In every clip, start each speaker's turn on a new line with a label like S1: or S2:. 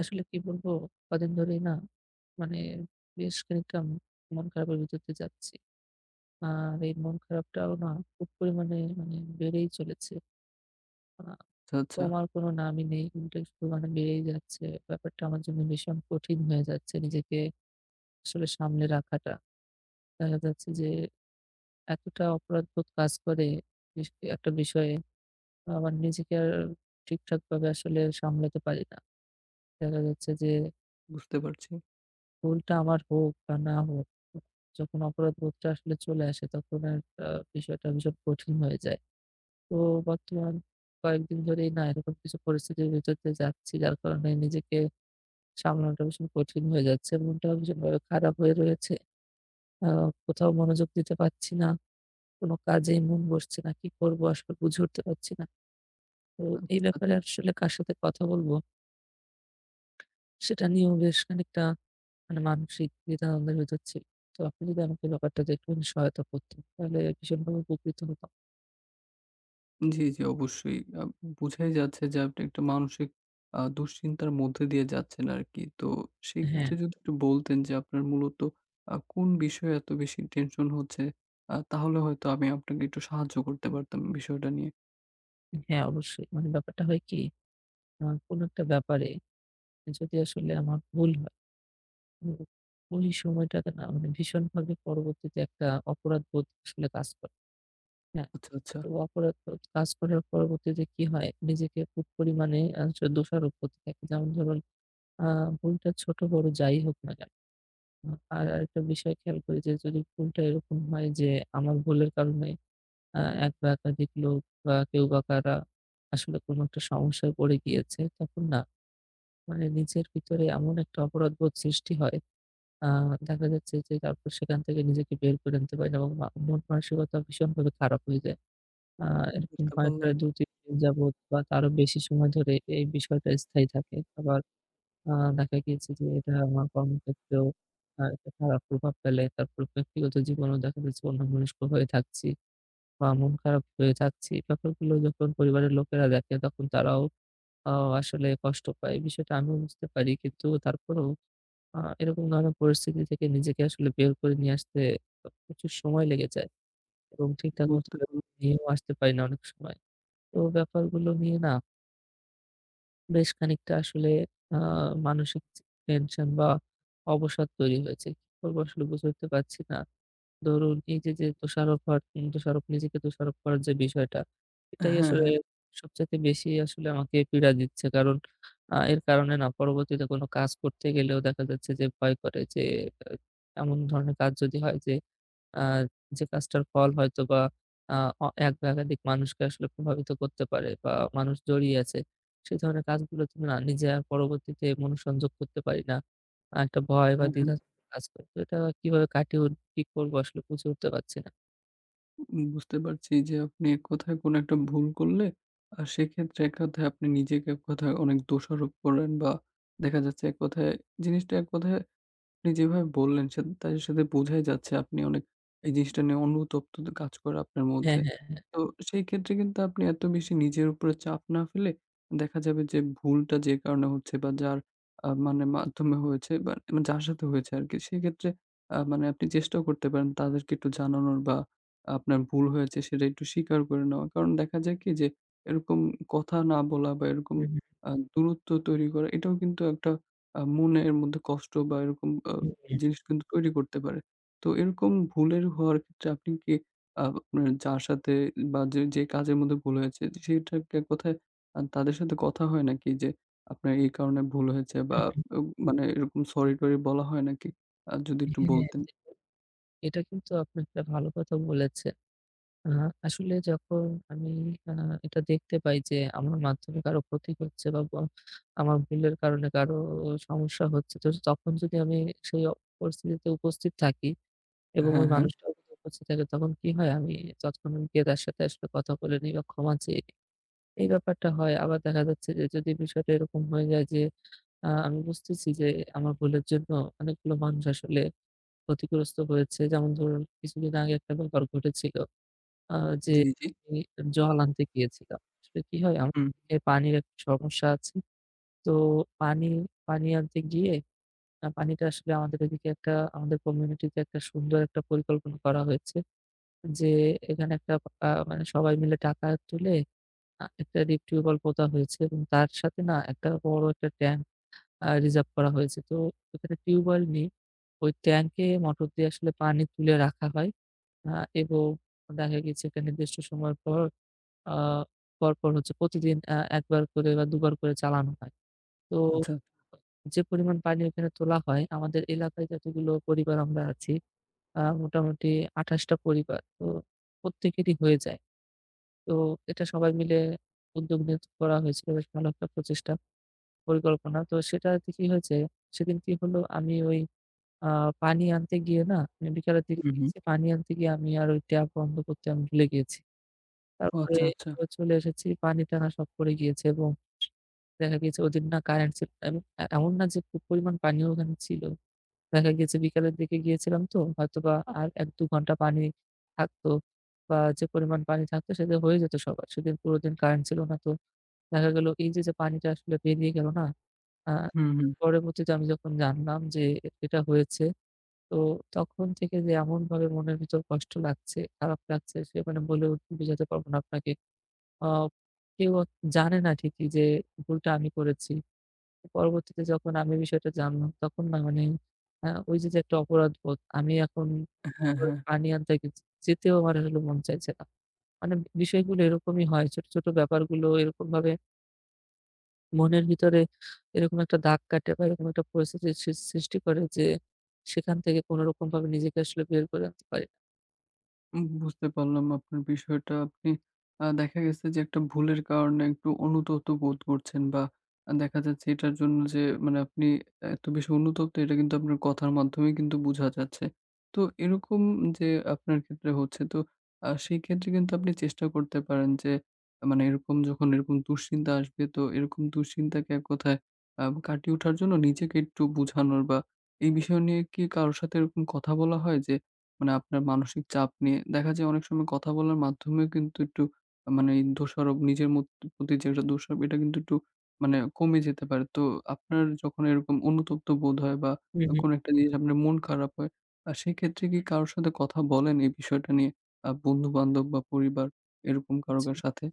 S1: আসলে কি বলবো? কদিন ধরেই না, মানে বেশ খানিকটা মন খারাপের ভিতর দিয়ে যাচ্ছি। আর এই মন খারাপটাও না, খুব পরিমাণে মানে বেড়েই চলেছে। আ
S2: আচ্ছা, আচ্ছা।
S1: কমার কোনো নামই নেই। উল্টাই শুধু মানে বেড়েই যাচ্ছে। ব্যাপারটা আমার জন্য ভীষণ কঠিন হয়ে যাচ্ছে নিজেকে আসলে সামলে রাখাটা। দেখা যাচ্ছে যে, এতটা অপরাধবোধ কাজ করে বিষ একটা বিষয়ে আমার নিজেকে আর ঠিকঠাকভাবে আসলে সামলাতে পারি না। দেখা যাচ্ছে যে,
S2: বুঝতে পারছি।
S1: ভুলটা আমার হোক বা না হোক, যখন অপরাধবোধটা আসলে চলে আসে তখন আর আ বিষয়টা ভীষণ কঠিন হয়ে যায়। তো বর্তমান কয়েকদিন ধরেই না এরকম কিছু পরিস্থিতির ভিতর দিয়ে যাচ্ছি, যার কারণে নিজেকে সামলানোটা ভীষণ কঠিন হয়ে যাচ্ছে। মনটাও ভীষণভাবে খারাপ হয়ে রয়েছে। আ কোথাও মনোযোগ দিতে পারছি না। কোনো কাজেই মন বসছে না। কি করব আসলে বুঝে উঠতে পারছি না। তো এই
S2: আচ্ছা,
S1: ব্যাপারে আসলে কার সাথে কথা বলব সেটা নিয়েও বেশ খানিকটা মানে মানসিক দ্বিধাদ্বন্দ্বের ভেতর ছিল। তো আপনি যদি আমাকে ব্যাপারটা একটুখানি সহায়তা করতেন, তাহলে ভীষণভাবে উপকৃত হতাম।
S2: জি, জি অবশ্যই। বুঝাই যাচ্ছে যে আপনি একটা মানসিক দুশ্চিন্তার মধ্যে দিয়ে যাচ্ছেন আরকি। তো
S1: হ্যাঁ,
S2: সেক্ষেত্রে যদি একটু বলতেন যে আপনার মূলত কোন বিষয়ে এত বেশি টেনশন হচ্ছে? তাহলে হয়তো আমি আপনাকে একটু সাহায্য করতে পারতাম বিষয়টা নিয়ে।
S1: হ্যাঁ অবশ্যই। মানে ব্যাপারটা হয় কি, আমার কোনো একটা ব্যাপারে যদি আসলে আমার ভুল হয়, হুম, ওই সময়টাতে না মানে ভীষণভাবে পরবর্তীতে একটা অপরাধবোধ আসলে কাজ করে। হ্যাঁ,
S2: আচ্ছা, আচ্ছা।
S1: তো অপরাধবোধ কাজ করার পরবর্তীতে কি হয়, নিজেকে খুব পরিমাণে দোষারোপ করতে থাকি। যেমন ধরুন, আ ভুলটা ছোট বড় যাই হোক না কেন, আর আরেকটা বিষয় খেয়াল করি যে, যদি ভুলটা এরকম হয় যে আমার ভুলের কারণে আ এক বা একাধিক লোক বা কেউ বা কারা আসলে কোনো একটা সমস্যায় পড়ে গিয়েছে, তখন না মানে নিজের ভিতরে এমন একটা অপরাধবোধ সৃষ্টি হয়। আ দেখা যাচ্ছে যে, তারপর সেখান থেকে নিজেকে বের করে আনতে পারি না এবং মন মানসিকতা ভীষণভাবে খারাপ হয়ে যায়। আ এরকম
S2: বুঝতে
S1: হয়
S2: পারলাম,
S1: প্রায় ২-৩ দিন যাবৎ বা তারও বেশি সময় ধরে এই বিষয়টা স্থায়ী থাকে। আবার আ দেখা গিয়েছে যে এটা আমার কর্মক্ষেত্রেও একটা খারাপ প্রভাব ফেলে। তারপর ব্যক্তিগত জীবনেও দেখা যাচ্ছে অন্যমনস্ক হয়ে থাকছি বা মন খারাপ হয়ে থাকছি। এই ব্যাপারগুলো যখন পরিবারের লোকেরা দেখে তখন তারাও আ আসলে কষ্ট পায়। এই বিষয়টা আমিও বুঝতে পারি। কিন্তু তারপরেও এরকম ধরনের পরিস্থিতি থেকে নিজেকে আসলে বের করে নিয়ে আসতে প্রচুর সময় লেগে যায়, এবং ঠিকঠাক মতো
S2: বুঝতে
S1: বের
S2: পারলাম।
S1: করে নিয়েও আসতে পারি না অনেক সময়। তো ব্যাপারগুলো নিয়ে না বেশ খানিকটা আসলে আ মানসিক টেনশন বা অবসাদ তৈরি হয়েছে। কি করব আসলে বুঝে উঠতে পারছি না। ধরুন এই যে, যে দোষারোপ হওয়ার দোষারোপ, নিজেকে দোষারোপ করার যে বিষয়টা, এটাই
S2: হ্যাঁ,
S1: আসলে
S2: হ্যাঁ।
S1: সবচাইতে বেশি আসলে আমাকে পীড়া দিচ্ছে। কারণ এর কারণে না পরবর্তীতে কোনো কাজ করতে গেলেও দেখা যাচ্ছে যে ভয় করে যে, আ এমন ধরনের কাজ যদি হয় যে আ যে কাজটার ফল হয়তোবা আ অ এক বা একাধিক মানুষকে আসলে প্রভাবিত করতে পারে বা মানুষ জড়িয়ে আছে। সে ধরনের কাজগুলো তুমি না নিজে আর পরবর্তীতে মনোসংযোগ করতে পারি না। একটা ভয় বা
S2: হ্যাঁ, হ্যাঁ।
S1: দ্বিধা কাজ করে। তো এটা কিভাবে কাটিয়ে উঠ কি করবো আসলে বুঝে উঠতে পারছি না।
S2: বুঝতে পারছি যে আপনি এক কথায় কোনো একটা ভুল করলে সেক্ষেত্রে এক কথায় আপনি নিজেকে এক কথায় অনেক দোষারোপ করেন বা দেখা যাচ্ছে এক কথায় জিনিসটা এক কথায় আপনি যেভাবে বললেন সে তার সাথে বোঝাই যাচ্ছে আপনি অনেক এই জিনিসটা নিয়ে অনুতপ্ত কাজ করে আপনার
S1: হ্যাঁ,
S2: মধ্যে।
S1: হ্যাঁ।
S2: তো সেই ক্ষেত্রে কিন্তু আপনি এত বেশি নিজের উপরে চাপ না ফেলে দেখা যাবে যে ভুলটা যে কারণে হচ্ছে বা যার মানে মাধ্যমে হয়েছে বা মানে যার সাথে হয়েছে আরকি। সেক্ষেত্রে মানে আপনি চেষ্টাও করতে পারেন তাদেরকে একটু জানানোর বা আপনার ভুল হয়েছে সেটা একটু স্বীকার করে নেওয়া। কারণ দেখা যায় কি যে এরকম কথা না বলা বা এরকম
S1: হু, হু,
S2: দূরত্ব তৈরি করা এটাও কিন্তু একটা মনের মধ্যে কষ্ট বা এরকম
S1: হু, হু,
S2: জিনিস কিন্তু তৈরি করতে পারে। তো এরকম ভুলের হওয়ার ক্ষেত্রে আপনি কি আপনার যার সাথে বা যে কাজের মধ্যে ভুল হয়েছে সেটা কে কোথায় তাদের সাথে কথা হয় নাকি যে আপনার এই কারণে ভুল হয়েছে
S1: হু,
S2: বা
S1: হু।
S2: ও মানে এরকম সরি-টরি বলা হয় নাকি? যদি একটু
S1: হ্যাঁ,
S2: বলতেন।
S1: এটা কিন্তু আপনি একটা ভালো কথা বলেছেন। আ আসলে যখন আমি আ এটা দেখতে পাই যে আমার মাধ্যমে কারো ক্ষতি হচ্ছে বা আমার ভুলের কারণে কারো সমস্যা হচ্ছে, তো তখন যদি আমি সেই পরিস্থিতিতে উপস্থিত থাকি এবং ওই
S2: হ্যাঁ, হ্যাঁ।
S1: মানুষটাও যদি উপস্থিত থাকে, তখন কি হয়, আমি তৎক্ষণাৎ গিয়ে তার সাথে আসলে কথা বলে নিই বা ক্ষমা চেয়ে নিই। এই ব্যাপারটা হয়। আবার দেখা যাচ্ছে যে, যদি বিষয়টা এরকম হয়ে যায় যে আমি বুঝতেছি যে আমার ভুলের জন্য অনেকগুলো মানুষ আসলে ক্ষতিগ্রস্ত হয়েছে। যেমন ধরুন, কিছুদিন আগে একটা ব্যাপার ঘটেছিল। আ যে
S2: জি, জি।
S1: আমি জল আনতে গিয়েছিলাম। আসলে কি হয়, আমার
S2: হুম।
S1: এ পানির একটা সমস্যা আছে। তো পানি, পানি আনতে গিয়ে পানিটা আসলে আমাদের এদিকে একটা আমাদের কমিউনিটিতে একটা সুন্দর একটা পরিকল্পনা করা হয়েছে। যে এখানে একটা মানে সবাই মিলে টাকা তুলে একটা ডিপ টিউবওয়েল পোতা হয়েছে এবং তার সাথে না একটা বড় একটা ট্যাঙ্ক রিজার্ভ করা হয়েছে। তো ওখানে টিউবওয়েল নেই। ওই ট্যাঙ্কে মোটর দিয়ে আসলে পানি তুলে রাখা হয়। আ এবং দেখা গেছে একটা নির্দিষ্ট সময় পর আ পরপর হচ্ছে, প্রতিদিন ১ বার করে বা ২ বার করে চালানো হয়। তো
S2: আচ্ছা।
S1: যে পরিমাণ পানি ওখানে তোলা হয়, আমাদের এলাকায় যতগুলো পরিবার আমরা আছি, মোটামুটি ২৮ টা পরিবার, তো প্রত্যেকেরই হয়ে যায়। তো এটা সবাই মিলে উদ্যোগ নিয়ে করা হয়েছিল। বেশ ভালো একটা প্রচেষ্টা, পরিকল্পনা। তো সেটাতে কি হয়েছে, সেদিন কি হলো, আমি ওই আ পানি আনতে গিয়ে না, আমি বিকালের দিকে
S2: হু, হুম।
S1: গিয়েছি, পানি আনতে গিয়ে আমি আর ওই ট্যাপ বন্ধ করতে আমি ভুলে গিয়েছি।
S2: ও
S1: তারপরে
S2: আচ্ছা, আচ্ছা।
S1: চলে এসেছি, পানি টানা শখ পড়ে গিয়েছে এবং দেখা গিয়েছে ওদের না কারেন্ট ছিল এবং এমন না যে খুব পরিমাণ পানিও ওখানে ছিল। দেখা গিয়েছে বিকালের দিকে গিয়েছিলাম, তো হয়তোবা আর ১-২ ঘন্টা পানি থাকতো বা যে পরিমাণ পানি থাকতো সেটা হয়ে যেত সবার। সেদিন পুরো দিন কারেন্ট ছিল না। তো দেখা গেল এই যে, যে পানিটা আসলে বেরিয়ে গেল না? আ
S2: হুম, হুম।
S1: পরবর্তীতে আমি যখন জানলাম যে এটা হয়েছে, তো তখন থেকে যে এমনভাবে মনের ভিতর কষ্ট লাগছে, খারাপ লাগছে, সে মানে বলেও বোঝাতে পারব না আপনাকে। আ কেউ জানে না ঠিকই যে ভুলটা আমি করেছি। পরবর্তীতে যখন আমি বিষয়টা জানলাম, তখন না মানে ওই যে, যে একটা অপরাধবোধ, আমি এখন
S2: হ্যাঁ, হ্যাঁ।
S1: পানি আনতে যেতেও আমার আসলে মন চাইছে না। মানে বিষয়গুলো এরকমই হয়। ছোট, ছোট ব্যাপারগুলো এরকমভাবে মনের ভিতরে এরকম একটা দাগ কাটে বা এরকম একটা পরিস্থিতির সৃষ্টি করে যে, সেখান থেকে কোনরকমভাবে নিজেকে আসলে বের করে আনতে পারি না।
S2: বুঝতে পারলাম আপনার বিষয়টা। আপনি দেখা গেছে যে একটা ভুলের কারণে একটু অনুতপ্ত বোধ করছেন বা দেখা যাচ্ছে এটার জন্য যে মানে আপনি এত বেশি অনুতপ্ত এটা কিন্তু আপনার কথার মাধ্যমেই কিন্তু বোঝা যাচ্ছে। তো এরকম যে আপনার ক্ষেত্রে হচ্ছে তো সেই ক্ষেত্রে কিন্তু আপনি চেষ্টা করতে পারেন যে মানে এরকম যখন এরকম দুশ্চিন্তা আসবে তো এরকম দুশ্চিন্তাকে এক কথায় কাটিয়ে ওঠার জন্য নিজেকে একটু বুঝানোর বা এই বিষয় নিয়ে কি কারো সাথে এরকম কথা বলা হয় যে মানে আপনার মানসিক চাপ নিয়ে দেখা যায় অনেক সময় কথা বলার মাধ্যমেও কিন্তু একটু মানে এই দোষারোপ নিজের মত প্রতি যে একটা দোষারোপ এটা কিন্তু একটু মানে কমে যেতে পারে। তো আপনার যখন এরকম অনুতপ্ত বোধ হয় বা
S1: হুম, হুম।
S2: কোনো একটা জিনিস আপনার মন খারাপ হয়, সেক্ষেত্রে কি কারো সাথে কথা বলেন এই বিষয়টা নিয়ে? বন্ধু-বান্ধব বা পরিবার এরকম কারো
S1: জি,
S2: সাথে?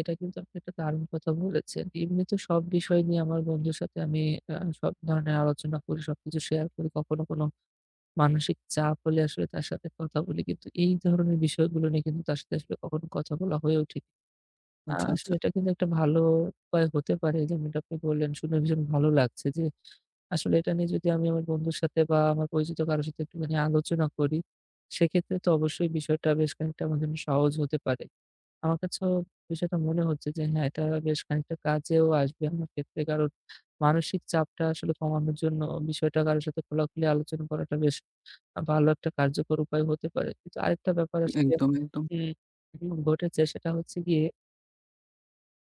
S1: এটা কিন্তু আপনি একটা দারুণ কথা বলেছেন। এমনি তো সব বিষয় নিয়ে আমার বন্ধুর সাথে আমি আ সব ধরনের আলোচনা করি, সবকিছু শেয়ার করি। কখনো কোন মানসিক চাপ হলে আসলে তার সাথে কথা বলি। কিন্তু এই ধরনের বিষয়গুলো নিয়ে কিন্তু তার সাথে আসলে কখনো কথা বলা হয়ে ওঠেনি।
S2: আচ্ছা,
S1: আসলে
S2: আচ্ছা।
S1: এটা কিন্তু একটা ভালো উপায় হতে পারে। যেমনটা আপনি বললেন শুনে ভীষণ ভালো লাগছে যে, আসলে এটা নিয়ে যদি আমি আমার বন্ধুর সাথে বা আমার পরিচিত কারো সাথে একটুখানি আলোচনা করি, সেক্ষেত্রে তো অবশ্যই বিষয়টা বেশ খানিকটা আমার জন্য সহজ হতে পারে। আমার কাছেও বিষয়টা মনে হচ্ছে যে, হ্যাঁ, এটা বেশ খানিকটা কাজেও আসবে আমার ক্ষেত্রে। কারণ মানসিক চাপটা আসলে কমানোর জন্য বিষয়টা কারো সাথে খোলাখুলি আলোচনা করাটা বেশ ভালো একটা কার্যকর উপায় হতে পারে। কিন্তু আরেকটা ব্যাপার আসলে
S2: একদম, একদম।
S1: উম উম ঘটেছে, সেটা হচ্ছে গিয়ে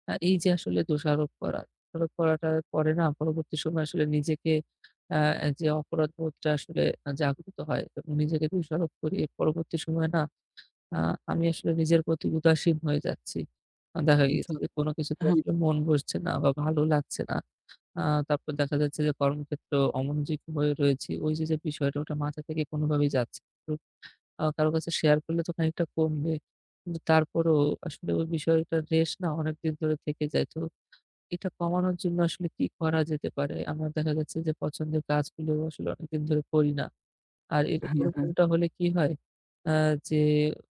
S1: এই যে আসলে দোষারোপ করা, দোষারোপ করাটার পরে না পরবর্তী সময়ে আসলে নিজেকে আ যে অপরাধবোধটা আসলে জাগ্রত হয় এবং নিজেকে দোষারোপ করি। পরবর্তী সময়ে না আ আমি আসলে নিজের প্রতি উদাসীন হয়ে যাচ্ছি। দেখা
S2: আচ্ছা।
S1: গিয়েছে যে কোনো কিছুতে
S2: হ্যাঁ,
S1: আসলে মন বসছে না বা ভালো লাগছে না। আ তারপর দেখা যাচ্ছে যে কর্মক্ষেত্র অমনোযোগী হয়ে রয়েছি। ওই যে, যে বিষয়টা ওটা মাথা থেকে কোনোভাবেই যাচ্ছে না। তো কারো কাছে শেয়ার করলে তো খানিকটা কমবে। কিন্তু তারপরেও আসলে ওই বিষয়টার রেশ না অনেকদিন ধরে থেকে যায়। তো এটা কমানোর জন্য আসলে কি করা যেতে পারে? আমার দেখা যাচ্ছে যে পছন্দের কাজগুলো আসলে অনেকদিন ধরে করি না। আর
S2: হ্যাঁ, হ্যাঁ।
S1: এরকমটা হলে কি হয়? আ যে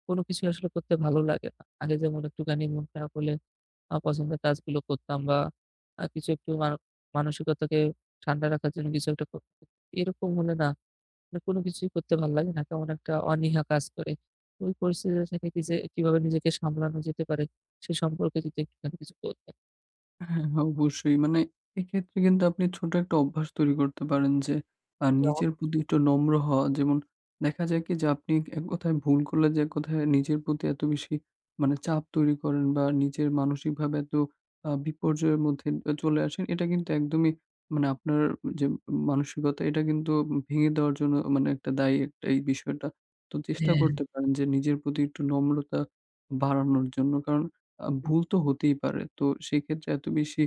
S1: কোনো কিছুই আসলে করতে ভালো লাগে না। আগে যেমন একটুখানি মন খারাপ হলে পছন্দের কাজগুলো করতাম বা কিছু একটু মানসিকতাকে ঠান্ডা রাখার জন্য কিছু একটা করতাম। এরকম হলে না মানে কোনো কিছুই করতে ভাল লাগে না। কেমন একটা অনীহা কাজ করে। ওই পরিস্থিতিটা থেকে কি যে কিভাবে নিজেকে সামলানো যেতে পারে সে সম্পর্কে যদি একটুখানি কিছু বলতেন।
S2: হ্যাঁ, হ্যাঁ, অবশ্যই। মানে এক্ষেত্রে কিন্তু আপনি ছোট একটা অভ্যাস তৈরি করতে পারেন যে
S1: যেমন,
S2: নিজের প্রতি একটু নম্র হওয়া। যেমন দেখা যায় কি যে আপনি এক কথায় ভুল করলে যে এক কথায় নিজের প্রতি এত বেশি মানে চাপ তৈরি করেন বা নিজের মানসিকভাবে এত বিপর্যয়ের মধ্যে চলে আসেন, এটা কিন্তু একদমই মানে আপনার যে মানসিকতা এটা কিন্তু ভেঙে দেওয়ার জন্য মানে একটা দায়ী একটা এই বিষয়টা। তো চেষ্টা
S1: হ্যাঁ,
S2: করতে পারেন যে নিজের প্রতি একটু নম্রতা বাড়ানোর জন্য। কারণ
S1: হুম,
S2: ভুল তো হতেই পারে। তো সেক্ষেত্রে এত বেশি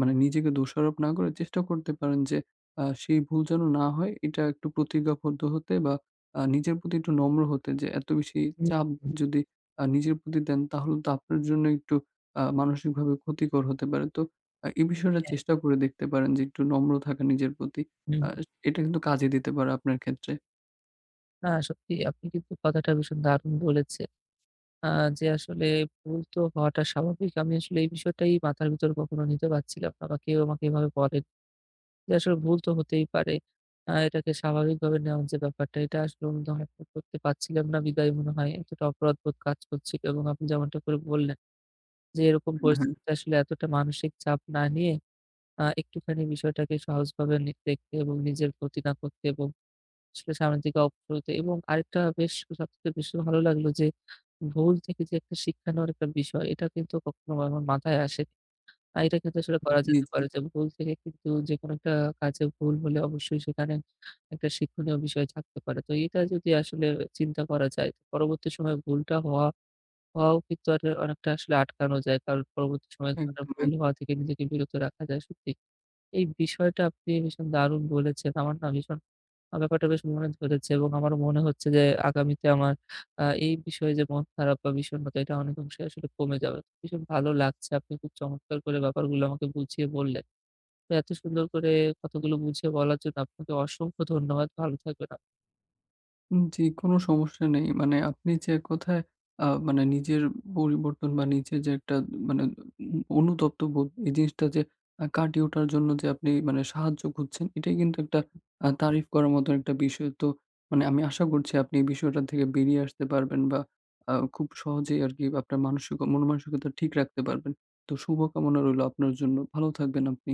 S2: মানে নিজেকে দোষারোপ না করে চেষ্টা করতে পারেন যে সেই ভুল যেন না হয় এটা একটু প্রতিজ্ঞাবদ্ধ হতে বা নিজের প্রতি একটু নম্র হতে যে এত বেশি
S1: হুম,
S2: চাপ
S1: হুম,
S2: যদি নিজের প্রতি দেন তাহলে তো আপনার জন্য একটু মানসিকভাবে ক্ষতিকর হতে পারে। তো এই বিষয়টা চেষ্টা করে দেখতে পারেন যে একটু নম্র থাকা নিজের প্রতি।
S1: হুম।
S2: আ এটা কিন্তু কাজে দিতে পারে আপনার ক্ষেত্রে।
S1: না সত্যি আপনি কিন্তু কথাটা ভীষণ দারুণ বলেছে, আ যে আসলে ভুল তো হওয়াটা স্বাভাবিক। আমি আসলে এই বিষয়টাই মাথার ভিতর কখনো নিতে পারছিলাম না বা কেউ আমাকে এভাবে বলেনি যে আসলে ভুল তো হতেই পারে। এটাকে স্বাভাবিকভাবে নেওয়ার যে ব্যাপারটা, এটা আসলে অনুধাবন করতে পারছিলাম না বিধায় মনে হয় এতটা অপরাধবোধ কাজ করছিল, এবং আপনি যেমনটা করে বললেন যে এরকম
S2: হুম, হ্যাঁ,
S1: পরিস্থিতিতে আসলে এতটা মানসিক চাপ না নিয়ে একটুখানি বিষয়টাকে সহজভাবে দেখতে এবং নিজের ক্ষতি না করতে এবং আসলে সামনের দিকে অগ্রসর হতে, এবং আরেকটা বেশ সবথেকে বেশি ভালো লাগলো যে, ভুল থেকে যে একটা শিক্ষা নেওয়ার একটা বিষয়, এটা কিন্তু কখনো আমার মাথায় আসেনি। এটা কিন্তু আসলে
S2: হুম।
S1: করা
S2: জি,
S1: যেতে
S2: জি।
S1: পারে যে ভুল থেকে কিন্তু যেকোনো একটা কাজে ভুল হলে অবশ্যই সেখানে একটা শিক্ষণীয় বিষয় থাকতে পারে। তো এটা যদি আসলে চিন্তা করা যায়, তো পরবর্তী সময়ে ভুলটা হওয়াও কিন্তু আর অনেকটা আসলে আটকানো যায়। কারণ পরবর্তী সময়ে ধরেন
S2: একদম,
S1: ভুল
S2: একদম।
S1: হওয়া থেকে নিজেকে বিরত রাখা যায় সত্যি। এই বিষয়টা আপনি ভীষণ দারুণ বলেছেন। আমার না ভীষণ ব্যাপারটা বেশ মনে ধরেছে এবং আমারও মনে হচ্ছে যে আগামীতে আমার এই বিষয়ে যে মন খারাপ বা বিষণ্ণতা এটা অনেকাংশে আসলে কমে যাবে। ভীষণ ভালো লাগছে। আপনি খুব চমৎকার করে ব্যাপারগুলো আমাকে বুঝিয়ে বললেন। তো এত সুন্দর করে কথাগুলো বুঝিয়ে বলার জন্য আপনাকে অসংখ্য ধন্যবাদ। ভালো থাকবেন আপ
S2: জি, কোনো সমস্যা নেই। মানে আপনি যে এক কথায় মানে নিজের পরিবর্তন বা নিজের যে একটা মানে অনুতপ্ত বোধ এই জিনিসটা যে কাটিয়ে ওঠার জন্য যে আপনি মানে সাহায্য খুঁজছেন এটাই কিন্তু একটা তারিফ করার মতো একটা বিষয়। তো মানে আমি আশা করছি আপনি এই বিষয়টা থেকে বেরিয়ে আসতে পারবেন বা খুব সহজেই আরকি আপনার মানসিক মন-মানসিকতা ঠিক রাখতে পারবেন। তো শুভকামনা রইলো আপনার জন্য। ভালো থাকবেন আপনি।